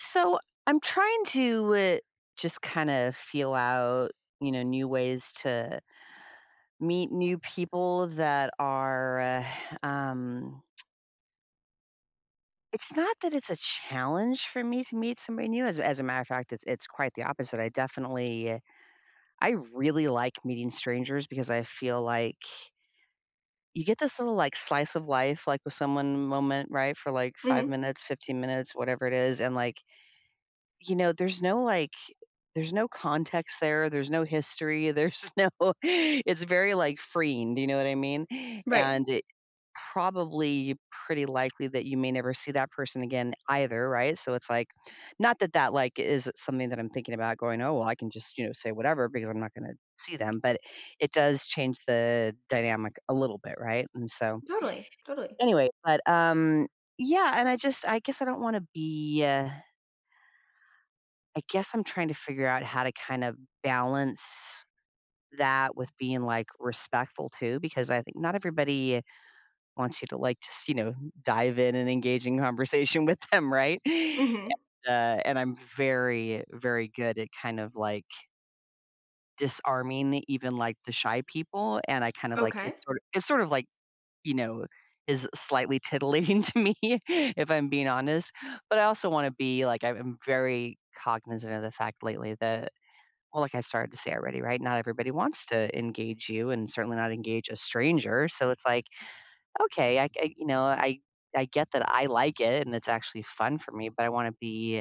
So, I'm trying to just kind of feel out, you know, new ways to meet new people that are. Um, it's not that it's a challenge for me to meet somebody new. As a matter of fact, it's quite the opposite. I definitely, I really like meeting strangers because I feel like you get this little like slice of life, like with someone moment, right, for like five Mhm. minutes, 15 minutes, whatever it is, and like You know, there's no, there's no context there, there's no history, there's no it's very, like, freeing, do you know what I mean? And Right. it probably pretty likely that you may never see that person again either, right? So it's like not that that, like, is something that I'm thinking about going, "Oh, well, I can just, you know, say whatever because I'm not gonna see them," but it does change the dynamic a little bit, right? And so Totally, totally. anyway, but, yeah, and I guess I don't wanna be, I guess I'm trying to figure out how to kind of balance that with being like respectful too, because I think not everybody wants you to like just, you know, dive in and engage in conversation with them, right? And, Mhm. uh, and I'm very, very good at kind of like disarming even like the shy people. And I kind of like Okay. it's sort of like, you know, is slightly titillating to me if I'm being honest. But I also want to be like, I'm very cognizant of the fact lately that well, like I started to say already, right? Not everybody wants to engage you and certainly not engage a stranger. So it's like, okay, I I get that I like it and it's actually fun for me, but I want to be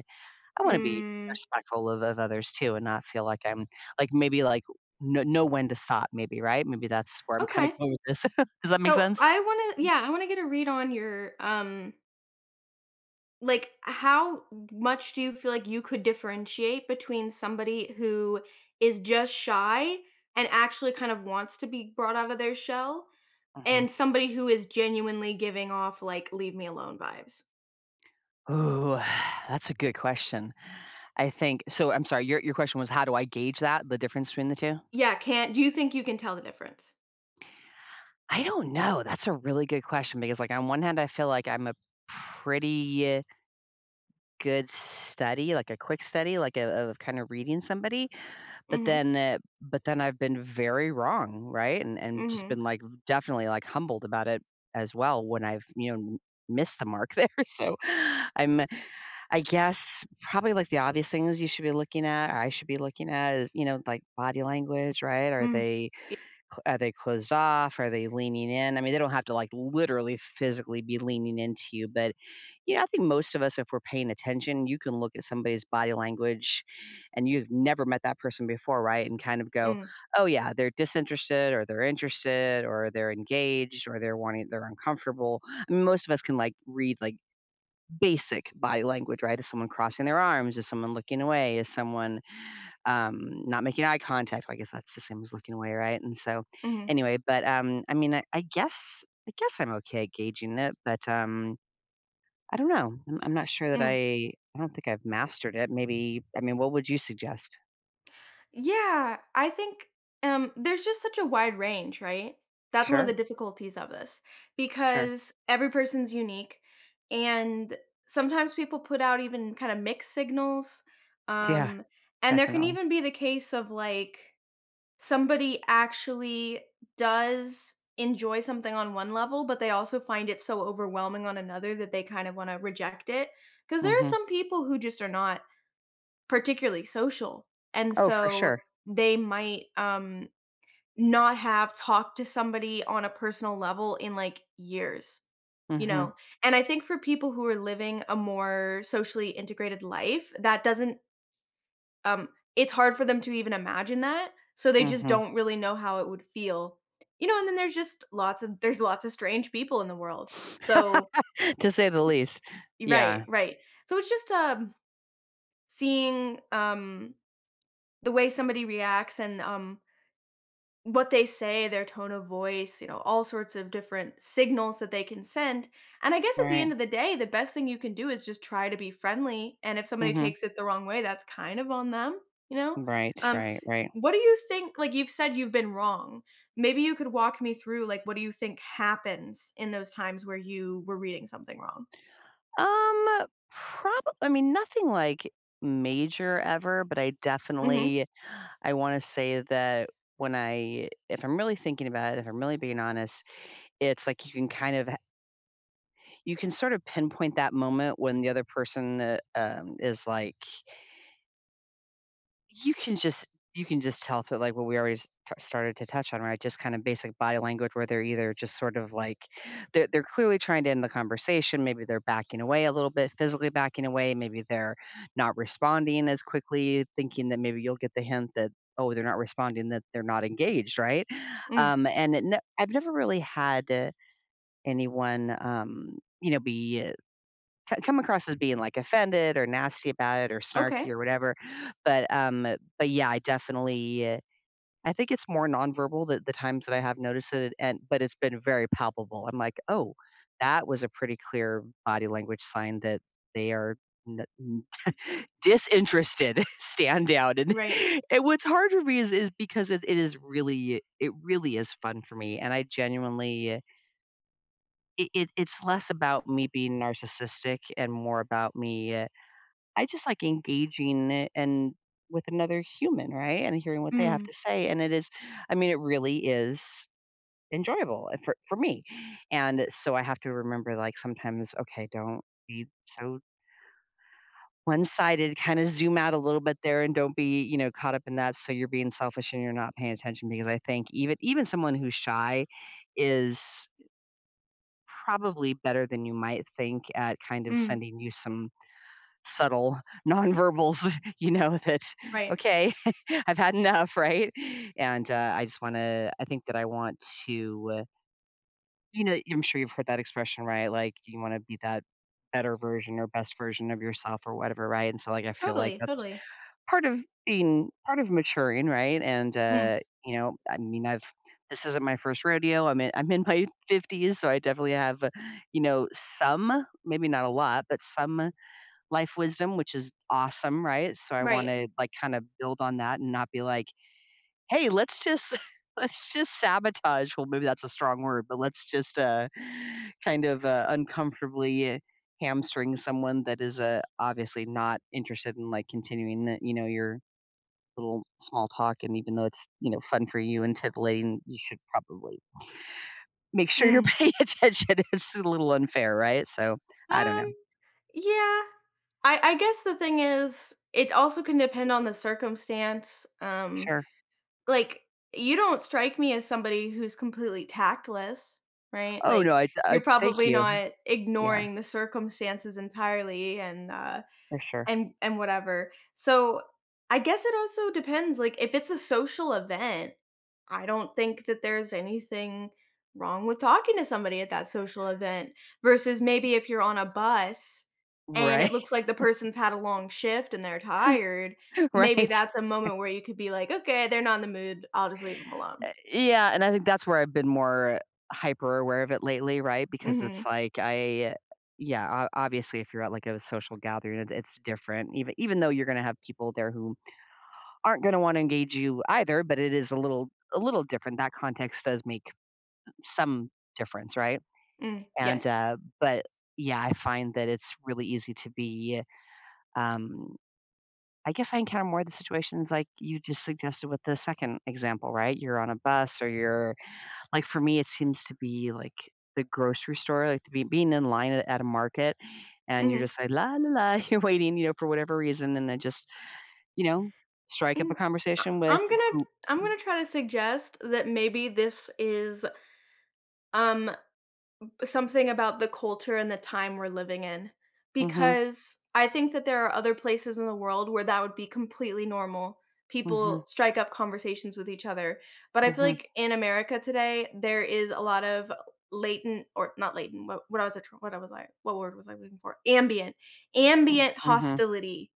I wanna be Mm, respectful of others too and not feel like I'm like, maybe, like, know when to stop maybe, right? Maybe that's where I'm kinda okay. going with this. Does that make So sense? I wanna Mm. yeah, I wanna get a read on your, like, how much do you feel like you could differentiate between somebody who is just shy and actually kind of wants to be brought out of their shell, Mhm. and somebody who is genuinely giving off, like, "Leave me alone" vibes? Ooh, that's a good question. I think I'm sorry, your question was how do I gauge that, the difference between the 2? Yeah, can't do you think you can tell the difference? I don't know. That's a really good question because, like, on one hand, I feel like I'm a pretty good study, like a quick study, like a, of kind of reading somebody. But Mhm, then, uh, but then I've been very wrong, right? And just mhm, been like definitely like humbled about it as well when I've missed the mark there. So I'm, I guess probably like the obvious things you should be looking at. I should be looking at is you know like body language, right? Mm. Yeah, Are they closed off? Are they leaning in? I mean, they don't have to like literally physically be leaning into you, but you know, I think most of us, if we're paying attention, you can look at somebody's body language and you've never met that person before, right? And kind of go, mm, oh, yeah, they're disinterested or they're interested or they're engaged or they're wanting, they're uncomfortable. I mean, most of us can like read like basic body language, right? Is someone crossing their arms? Is someone looking away? Is someone not making eye contact. Well, I guess that's the same as looking away, right? And so, mhm, anyway, but I mean, I guess I'm okay at gauging it, but I don't know. I'm not sure that mm. I. I don't think I've mastered it. Maybe. I mean, what would you suggest? Yeah, I think there's just such a wide range, right? That's one of the Sure, difficulties of this sure. because every person's unique, and sometimes people put out even kind of mixed signals. Yeah, Um, and there can definitely. even be the case of like somebody actually does enjoy something on one level, but they also find it so overwhelming on another that they kind of want to reject it. Because there are Hmm. some people who just are not particularly social. And Oh, for so sure. they might not have talked to somebody on a personal level in like years, you Hmm. know. And I think for people who are living a more socially integrated life, that doesn't um it's hard for them to even imagine that. So they just Hmm. don't really know how it would feel. You know, and then there's lots of strange people in the world. So To say the least. right, Yeah. right. So it's just seeing the way somebody reacts and what they say, their tone of voice, you know, all sorts of different signals that they can send. And I guess at the Right. end of the day, the best thing you can do is just try to be friendly. And if somebody Hmm. takes it the wrong way, that's kind of on them, you know? Right. Um, Right. Right. what do you think? Like you've said, you've been wrong. Maybe you could walk me through, like, what do you think happens in those times where you were reading something wrong? Um, Probably. I mean, nothing like major ever, but I Mm-hmm. definitely I want to say that when I, if I'm really thinking about it, if I'm really being honest, it's like you can kind of you can sort of pinpoint that moment when the other person is like You can just you can just tell that, like, what we already s t started to touch on, right? Just kind of basic body language where they're either just sort of like they're clearly trying to end the conversation, maybe they're backing away a little bit, physically backing away, maybe they're not responding as quickly, thinking that maybe you'll get the hint that, "Oh, they're not responding, that they're not engaged," right? Mm. And it ne I've never really had anyone, you know, be co come across as being, like, offended or nasty about it or snarky or Okay. whatever, but, um but yeah, I definitely I think it's more nonverbal the times that I have noticed it and but it's been very palpable. I'm like, "Oh, that was a pretty clear body language sign that they are n n disinterested, stand down," Right. and what's hard for me is because it is really it really is fun for me, and I genuinely it's less about me being narcissistic and more about me I just like engaging it and with another human, right? And hearing what they have Mm. to say. And it is, I mean, it really is enjoyable for me. And so I have to remember, like, sometimes, okay, don't be so one sided, kind of zoom out a little bit there and don't be, you know, caught up in that. So you're being selfish and you're not paying attention because I think even, even someone who's shy is probably better than you might think at kind of Mm. sending you some subtle nonverbals, you know, that, Right. okay, I've had enough, right? And, I just wanna I think that I want to, you know, I'm sure you've heard that expression, right? Like, you wanna be that better version or best version of yourself or whatever, right? And so, like, I feel like Totally. that's Totally. part of being part of maturing, right? Mm. You know, I mean, I've this isn't my first rodeo. I'm in my 50s, so I definitely have, you know, some, maybe not a lot, but some life wisdom, which is awesome, right? So I Right. wanna, like, kinda build on that and not be like, "Hey, let's just let's just sabotage." Well, maybe that's a strong word, but let's just kind of uncomfortably hamstring someone that is, obviously not interested in, like, continuing the you know, your little small talk, and even though it's, you know, fun for you and titillating, you should probably make sure you're Mm. paying attention. It's a little unfair, right? So, I don't Um. know. Yeah. I guess the thing is, it also can depend on the circumstance. Sure. Like you don't strike me as somebody who's completely tactless, right? Oh, no, Like I you're thank probably you. not Yeah. ignoring the circumstances entirely and uh For sure. and and whatever. So, I guess it also depends, like, if it's a social event, I don't think that there's anything wrong with talking to somebody at that social event versus maybe if you're on a bus and Right, it looks like the person's had a long shift and they're tired, right. Maybe that's a moment where you could be like, "Okay, they're not in the mood. I'll just leave them alone." Yeah, and I think that's where I've been more hyper aware of it lately, right? Because it's Mhm. like I Yeah, o obviously, if you're at, like, a social gathering, it's different even even though you're gonna have people there who aren't gonna wanna engage you either, but it is a little different. That context does make some difference, right? Mm. And, Yes. uh, but yeah, I find that it's really easy to be, um I guess I encounter more of the situations like you just suggested with the second example, right? You're on a bus or you're like for me it seems to be like the grocery store, like to be being in line at a market and you're Mhm. just like la la la, you're waiting, you know, for whatever reason and then just, you know, strike up a Mm. I conversation with I'm gonna who I'm gonna try to suggest that maybe this is, um something about the culture and the time we're living in, Mhm. because I think that there are other places in the world where that would be completely normal. Mhm. People strike up conversations with each other. But I feel Mhm. like in America today, there is a lot of latent or not latent, what I was like, what word was I looking for? Ambient, ambient Mhm. hostility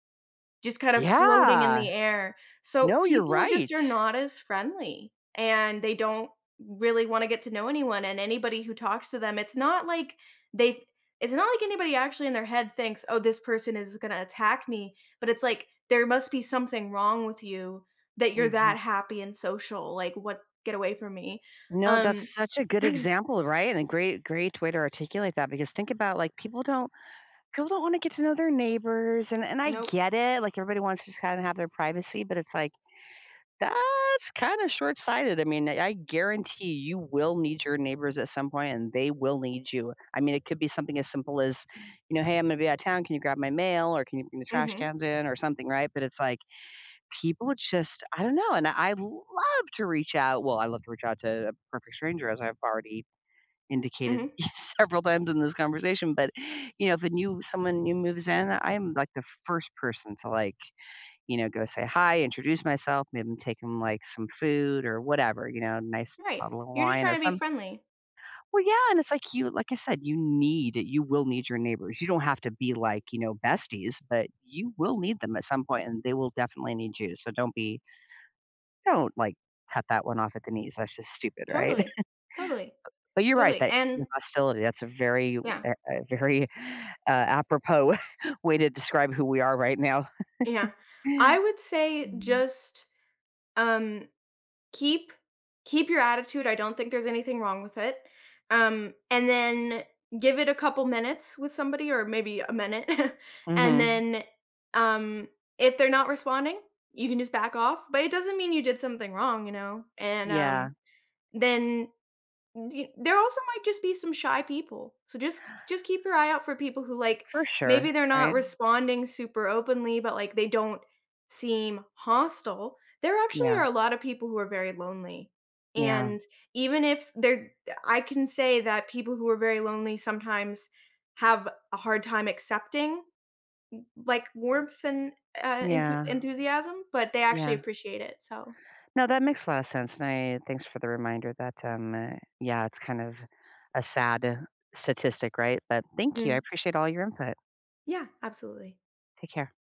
just kind of floating in Yeah. the air. So No, you're people just right. are not as friendly, and they don't really wanna get to know anyone, and anybody who talks to them, they it's not like anybody actually in their head thinks, "Oh, this person is gonna attack me," but it's like, "There must be something wrong with you that you're Mhm. that happy and social, like, what get away from me." No, Um. that's such a good example, right? And a great great way to articulate that because think about like people don't wanna get to know their neighbors, and I Nope. get it, like, everybody wants to just kinda have their privacy, but it's like, that's kinda short-sighted. I mean, I guarantee you will need your neighbors at some point, and they will need you. I mean, it could be something as simple as, you know, "Hey, I'm gonna be out of town, can you grab my mail, or can you bring the trash Mhm, cans in?" or something, right? But it's like, people just I don't know, and I love to reach out to a perfect stranger, as I've already indicated mhm, several times in this conversation, but, you know, if a new someone new moves in, I'm like the first person to like, you know, go say hi, introduce myself, maybe take them like some food or whatever, you know, nice right. bottle of You're just wine or trying to be some friendly. well, yeah, and it's like you like I said, you will need your neighbors. You don't have to be like, you know, besties, but you will need them at some point and they will definitely need you. So don't be don't like cut that one off at the knees. That's just stupid, right? Totally, totally, But you're right, totally, that and hostility, that's yeah. A very, apropos way to describe who we are right now. Yeah. I would say Mhm. just, um, keep keep your attitude, I don't think there's anything wrong with it, and then give it a couple minutes with somebody or maybe a minute, and Mhm. then, um, if they're not responding, you can just back off, but it doesn't mean you did something wrong, you know, and, Yeah, then D there also might just be some shy people, so just keep your eye out for people who, like, for sure, maybe they're not right? responding super openly, but, like, they don't seem hostile. There actually Yeah, are a lot of people who are very lonely, yeah, and even if they're I can say that people who are very lonely sometimes have a hard time accepting, like, warmth and, yeah, enthusiasm, but they actually yeah. appreciate it, so No, that makes a lot of sense, and I thanks for the reminder that, yeah, it's kind of a sad statistic, right? But thank you, I Mm. appreciate all your input. Yeah, absolutely. Take care.